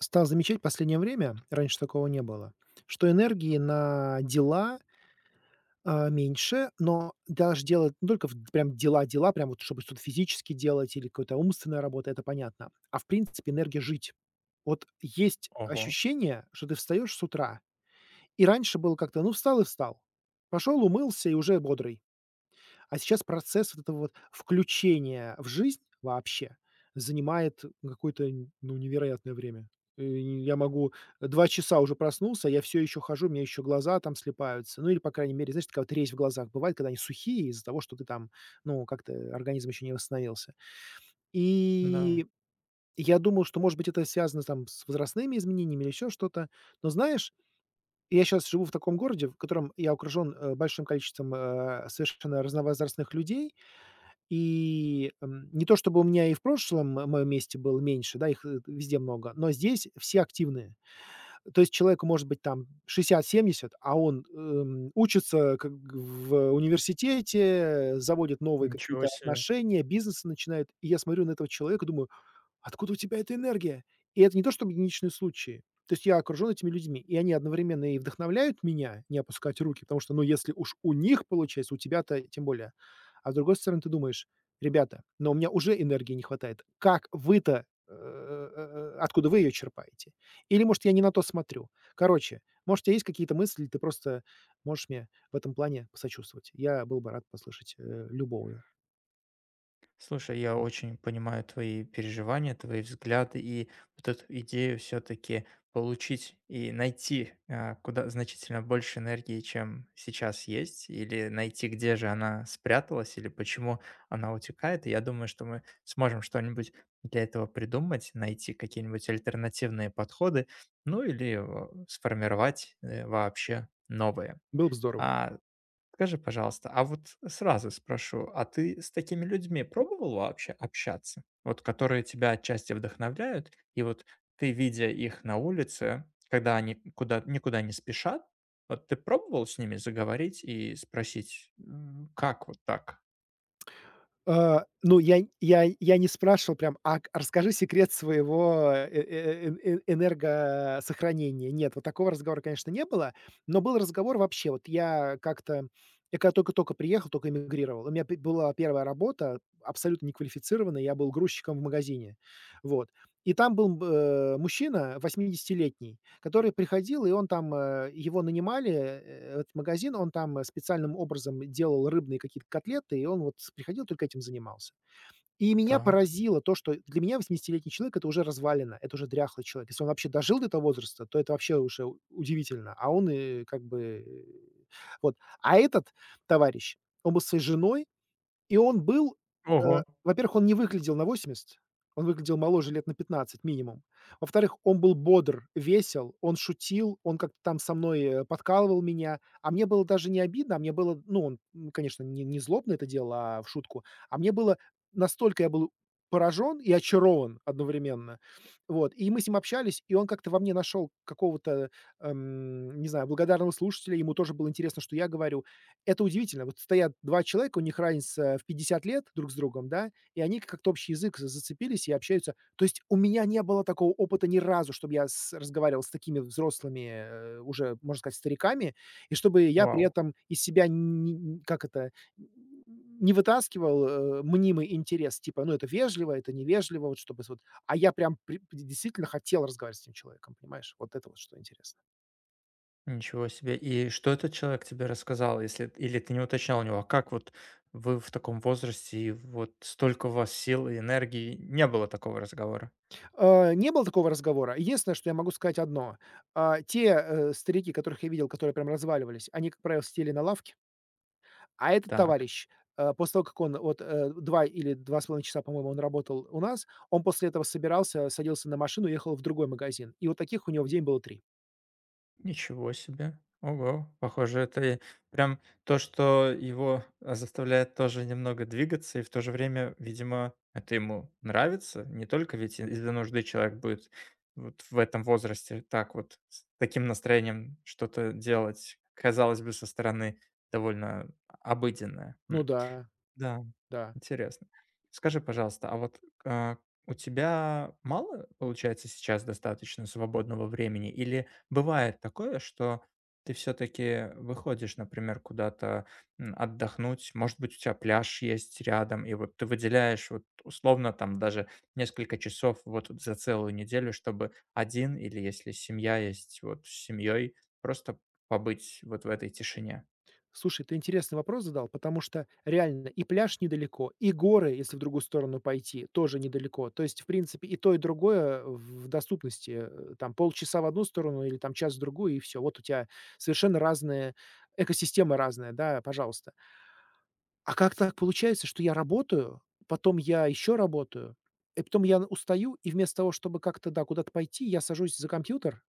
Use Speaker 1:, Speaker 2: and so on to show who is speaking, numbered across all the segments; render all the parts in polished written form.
Speaker 1: Стал замечать в последнее время, раньше такого не было, что энергии на дела, меньше, но даже делать не только прям дела-дела, прям вот чтобы что-то физически делать или какая-то умственная работа, это понятно, а в принципе энергия жить. Вот есть
Speaker 2: Ого,
Speaker 1: ощущение, что ты встаешь с утра, и раньше было как-то, ну, встал и встал, пошел, умылся и уже бодрый. А сейчас процесс вот этого вот включения в жизнь вообще занимает какое-то, н ну, невероятное время. И я могу 2 часа уже проснулся, а я все еще хожу, у меня еще глаза там слипаются. Ну или, по крайней мере, знаешь, такая вот резь в глазах бывает, когда они сухие из-за того, что ты там, ну, как-то организм еще не восстановился.
Speaker 2: да,
Speaker 1: И я думал, что, может быть, это связано там с возрастными изменениями или еще что-то. Но знаешь, я сейчас живу в таком городе, в котором я окружен, большим количеством, совершенно разновозрастных людей. И, не то чтобы у меня и в прошлом, моем месте было меньше, да, их, везде много, но здесь все активные. То есть человеку может быть там 60, 70, а он, учится в университете, заводит новые
Speaker 2: ничего
Speaker 1: какие-то
Speaker 2: себе.
Speaker 1: отношения, бизнесы начинает. И я смотрю на этого человека, думаю: откуда у тебя эта энергия? И это не то чтобы единичные случаи. То есть я окружен этими людьми, и они одновременно и вдохновляют меня не опускать руки, потому что, ну, если уж у них получается, у тебя-то тем более. А с другой стороны, ты думаешь: "Ребята, но у меня уже энергии не хватает. Как вы-то, откуда вы ее черпаете? Или, может, я не на то смотрю?" Короче, может, у тебя есть какие-то мысли, ты просто можешь мне в этом плане посочувствовать. Я был бы рад послушать, любого.
Speaker 2: Слушай, я очень понимаю твои переживания, твои взгляды и вот эту идею все-таки получить и найти куда значительно больше энергии, чем сейчас есть, или найти, где же она спряталась, или почему она утекает. И я думаю, что мы сможем что-нибудь для этого придумать, найти какие-нибудь альтернативные подходы, ну или сформировать вообще новые.
Speaker 1: Было бы здорово.
Speaker 2: А Скажи, пожалуйста, а вот сразу спрошу, а ты с такими людьми пробовал вообще общаться? Вот которые тебя отчасти вдохновляют, и вот ты, видя их на улице, когда они куда, никуда не спешат, вот ты пробовал с ними заговорить и спросить: «М, как вот так?»
Speaker 1: Ну, я не спрашивал прям: "А к расскажи секрет своего, энергосохранения". Нет, вот такого разговора, конечно, не было, но был разговор вообще. Вот я как-то я когда только-только приехал, только эмигрировал, у меня пе была первая работа, абсолютно неквалифицированная, я был грузчиком в магазине. Вот. И там был мужчина 80-летний, который приходил, и он там, его нанимали, этот магазин, он там, специальным образом делал рыбные какие-то котлеты, и он вот с приходил, только этим занимался. И меня
Speaker 2: Так.
Speaker 1: поразило то, что для меня 80-летний человек — это уже развалина, это уже дряхлый человек. Если он вообще дожил до этого возраста, то это вообще уже у удивительно. А он, как бы, вот. А этот товарищ, он был со своей женой и он был, э,
Speaker 2: Ого,
Speaker 1: во-первых, он не выглядел на 80, он выглядел моложе лет на 15 минимум. Во-вторых, он был бодр, весел, он шутил, он как-то там со мной, подкалывал меня. А мне было даже не обидно, а мне было, ну, он, конечно, не злобно это делал, а в шутку. А мне было настолько я был поражен и очарован одновременно. Вот. И мы с ним общались, и он как-то во мне нашел какого-то, не знаю, благодарного слушателя. Ему тоже было интересно, что я говорю. Это удивительно. Вот стоят 2 человека, у них разница в 50 лет друг с другом, да, и они как-то общий язык за зацепились и общаются. То есть у меня не было такого опыта ни разу, чтобы я с разговаривал с такими взрослыми, уже, можно сказать, стариками, и чтобы я при
Speaker 2: вау,
Speaker 1: этом из себя не как это, не вытаскивал, мнимый интерес, типа, ну, это вежливо, это невежливо, вот чтобы с вот. А я прям при действительно хотел разговаривать с этим человеком, понимаешь? Вот это вот что интересно.
Speaker 2: ничего себе. И что этот человек тебе рассказал, если или ты не уточнял у него, а как вот вы в таком возрасте, и вот столько у вас сил и энергии, не было такого разговора?
Speaker 1: Не было такого разговора. Единственное, что я могу сказать одно. А, те, старики, которых я видел, которые прям разваливались, они, как правило, сидели на лавке. А этот
Speaker 2: Так.
Speaker 1: товарищ, после того, как он вот, 2 или 2,5 часа, по-моему, он работал у нас, он после этого собирался, садился на машину, ехал в другой магазин. И вот таких у него в день было три.
Speaker 2: Ничего себе. Ого. Похоже, это и прям то, что его заставляет тоже немного двигаться, и в то же время, видимо, это ему нравится. Не только ведь из-за нужды человек будет вот в этом возрасте так вот, с таким настроением что-то делать, казалось бы, со стороны довольно обыденное.
Speaker 1: Ну
Speaker 2: М.
Speaker 1: да,
Speaker 2: Да,
Speaker 1: да.
Speaker 2: интересно. Скажи, пожалуйста, а, у тебя мало получается сейчас достаточно свободного времени? Или бывает такое, что ты все таки выходишь, например, куда-то, м, отдохнуть? Может быть, у тебя пляж есть рядом, и вот ты выделяешь вот условно там даже несколько часов вот за целую неделю, чтобы один или если семья есть, вот с семьей, просто побыть вот в этой тишине?
Speaker 1: Слушай, ты интересный вопрос задал, потому что реально и пляж недалеко, и горы, если в другую сторону пойти, тоже недалеко. То есть, в принципе, и то, и другое в доступности. Там полчаса в одну сторону или там час в другую, и все. Вот у тебя совершенно разные, экосистема разная, да, пожалуйста. А как так получается, что я работаю, потом я еще работаю, и потом я устаю, и вместо того, чтобы как-то, да, куда-то пойти, я сажусь за компьютер,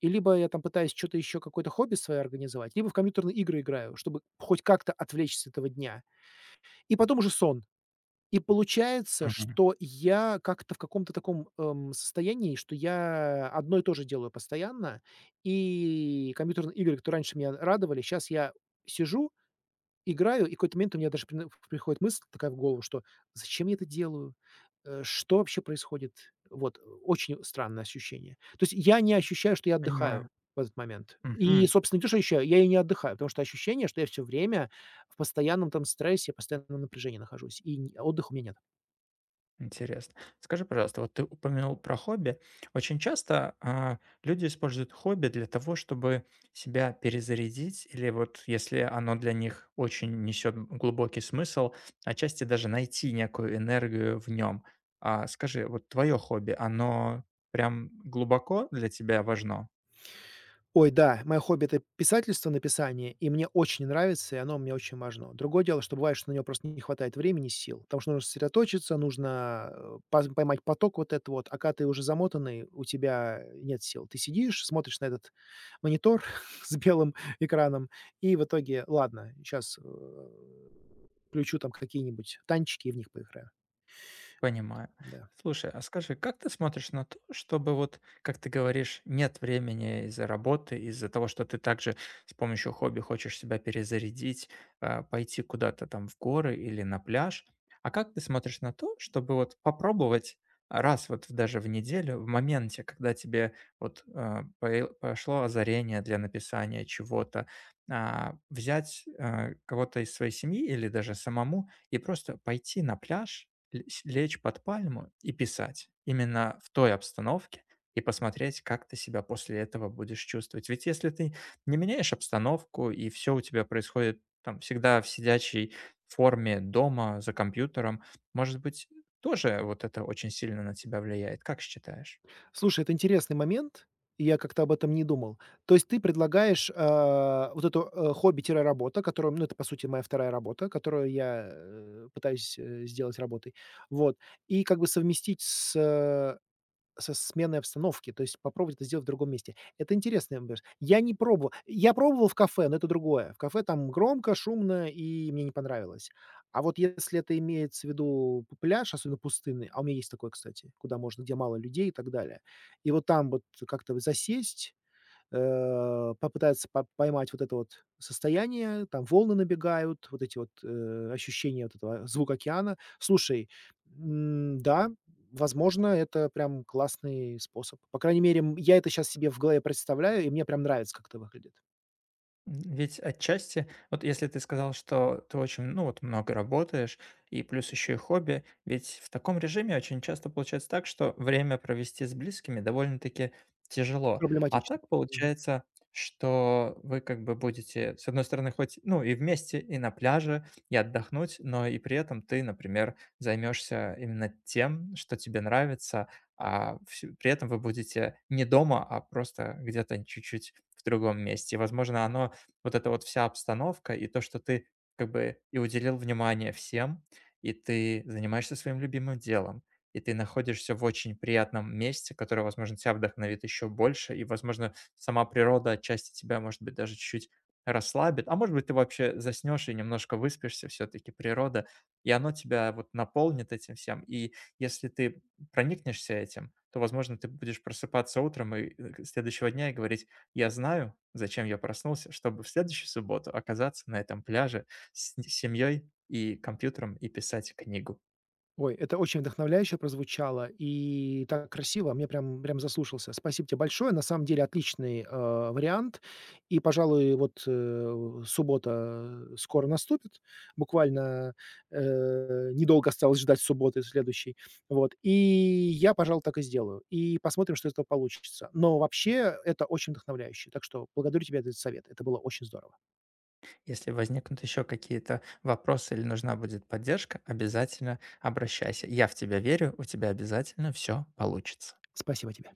Speaker 1: и либо я там пытаюсь что то еще, какое-то хобби свое организовать, либо в компьютерные игры играю, чтобы хоть как-то отвлечься с этого дня. И потом уже сон. И получается,
Speaker 2: Мгм.
Speaker 1: что я как-то в каком-то таком, состоянии, что я одно и то же делаю постоянно. И компьютерные игры, которые раньше меня радовали, сейчас я сижу играю, и в какой-то момент у меня даже прин приходит мысль такая в голову, что: "Зачем я это делаю? Что вообще происходит?" Вот, очень странное ощущение. То есть я не ощущаю, что я отдыхаю
Speaker 2: Понимаю.
Speaker 1: в этот момент. И,
Speaker 2: Мгм.
Speaker 1: собственно, не то, что ощущаю, я и не отдыхаю, потому что ощущение, что я все время в постоянном там стрессе, постоянном напряжении нахожусь, и нь отдыха у меня нет.
Speaker 2: Интересно. Скажи, пожалуйста, вот ты упомянул про хобби. Очень часто люди используют хобби для того, чтобы себя перезарядить, или вот если оно для них очень несет глубокий смысл, отчасти даже найти некую энергию в нем. Скажи, вот твое хобби, оно прям глубоко для тебя важно?
Speaker 1: Ой, да, мое хобби — это писательство, написание, и мне очень нравится, и оно мне очень важно. Другое дело, что бывает, что на него просто не хватает времени, сил, потому что нужно сосредоточиться, нужно, э, паз поймать поток вот этот вот, а когда ты уже замотанный, у тебя нет сил. Ты сидишь, смотришь на этот монитор с белым экраном, и в итоге: "Ладно, сейчас включу там какие-нибудь танчики и в них поиграю".
Speaker 2: Понимаю.
Speaker 1: Да.
Speaker 2: Слушай, а скажи, как ты смотришь на то, чтобы вот, как ты говоришь, нет времени из-за работы, из-за того, что ты также с помощью хобби хочешь себя перезарядить, пойти куда-то там в горы или на пляж. А как ты смотришь на то, чтобы вот попробовать раз вот даже в неделю, в моменте, когда тебе вот пошло озарение для написания чего-то, взять кого-то из своей семьи или даже самому и просто пойти на пляж, Л сь лечь под пальму и писать именно в той обстановке и посмотреть, как ты себя после этого будешь чувствовать. Ведь если ты не меняешь обстановку и все у тебя происходит там всегда в сидячей форме дома за компьютером, может быть, тоже вот это очень сильно на тебя влияет. Как считаешь?
Speaker 1: Слушай, это интересный момент, и я как-то об этом не думал. То есть ты предлагаешь, а, вот эту, хобби-работа, которую ну, это, по сути, моя вторая работа, которую я, пытаюсь, сделать работой. Вот. И как бы совместить со сменой обстановки, то есть попробовать это сделать в другом месте. Это интересный вопрос. Я не пробовал. Я пробовал в кафе, но это другое. В кафе там громко, шумно, и мне не понравилось. А вот если это имеется в виду пляж, особенно пустынный, а у меня есть такой, кстати, куда можно, где мало людей и так далее, и вот там вот как-то засесть, э, попытается по поймать вот это вот состояние, там волны набегают, вот эти вот, ощущения вот этого звук океана. Слушай, да, возможно, это прям классный способ. По крайней мере, я это сейчас себе в голове представляю, и мне прям нравится, как это выглядит.
Speaker 2: Ведь отчасти, вот если ты сказал, что ты очень, ну вот много работаешь, и плюс еще и хобби, ведь в таком режиме очень часто получается так, что время провести с близкими довольно-таки тяжело. А
Speaker 1: Проблематично.
Speaker 2: так получается, что вы как бы будете, с одной стороны, хоть, ну и вместе, и на пляже, и отдохнуть, но и при этом ты, например, займешься именно тем, что тебе нравится, при этом вы будете не дома, а просто где-то чуть-чуть в другом месте. И возможно, оно вот эта вся обстановка и то, что ты как бы и уделил внимание всем, и ты занимаешься своим любимым делом, и ты находишься в очень приятном месте, которое, возможно, тебя вдохновит еще больше, и, возможно, сама природа отчасти тебя, может быть, даже чуть-чуть расслабит, а может быть, ты вообще заснешь и немножко выспишься, все-таки природа, и оно тебя вот наполнит этим всем, и если ты проникнешься этим, то, возможно, ты будешь просыпаться утром следующего дня и говорить: я знаю, зачем я проснулся, чтобы в следующую субботу оказаться на этом пляже с семьей и компьютером и писать книгу.
Speaker 1: Ой, это очень вдохновляюще прозвучало и так красиво. Мне прям заслушался. Спасибо тебе большое. На самом деле отличный, вариант. И, пожалуй, вот, суббота скоро наступит. Буквально, недолго осталось ждать субботы следующей. Вот. И я, пожалуй, так и сделаю. И посмотрим, что из этого получится. Но вообще это очень вдохновляюще. Так что благодарю тебя за этот совет. Это было очень здорово.
Speaker 2: Если возникнут еще какие-то вопросы или нужна будет поддержка, обязательно обращайся. Я в тебя верю, у тебя обязательно все получится.
Speaker 1: Спасибо тебе.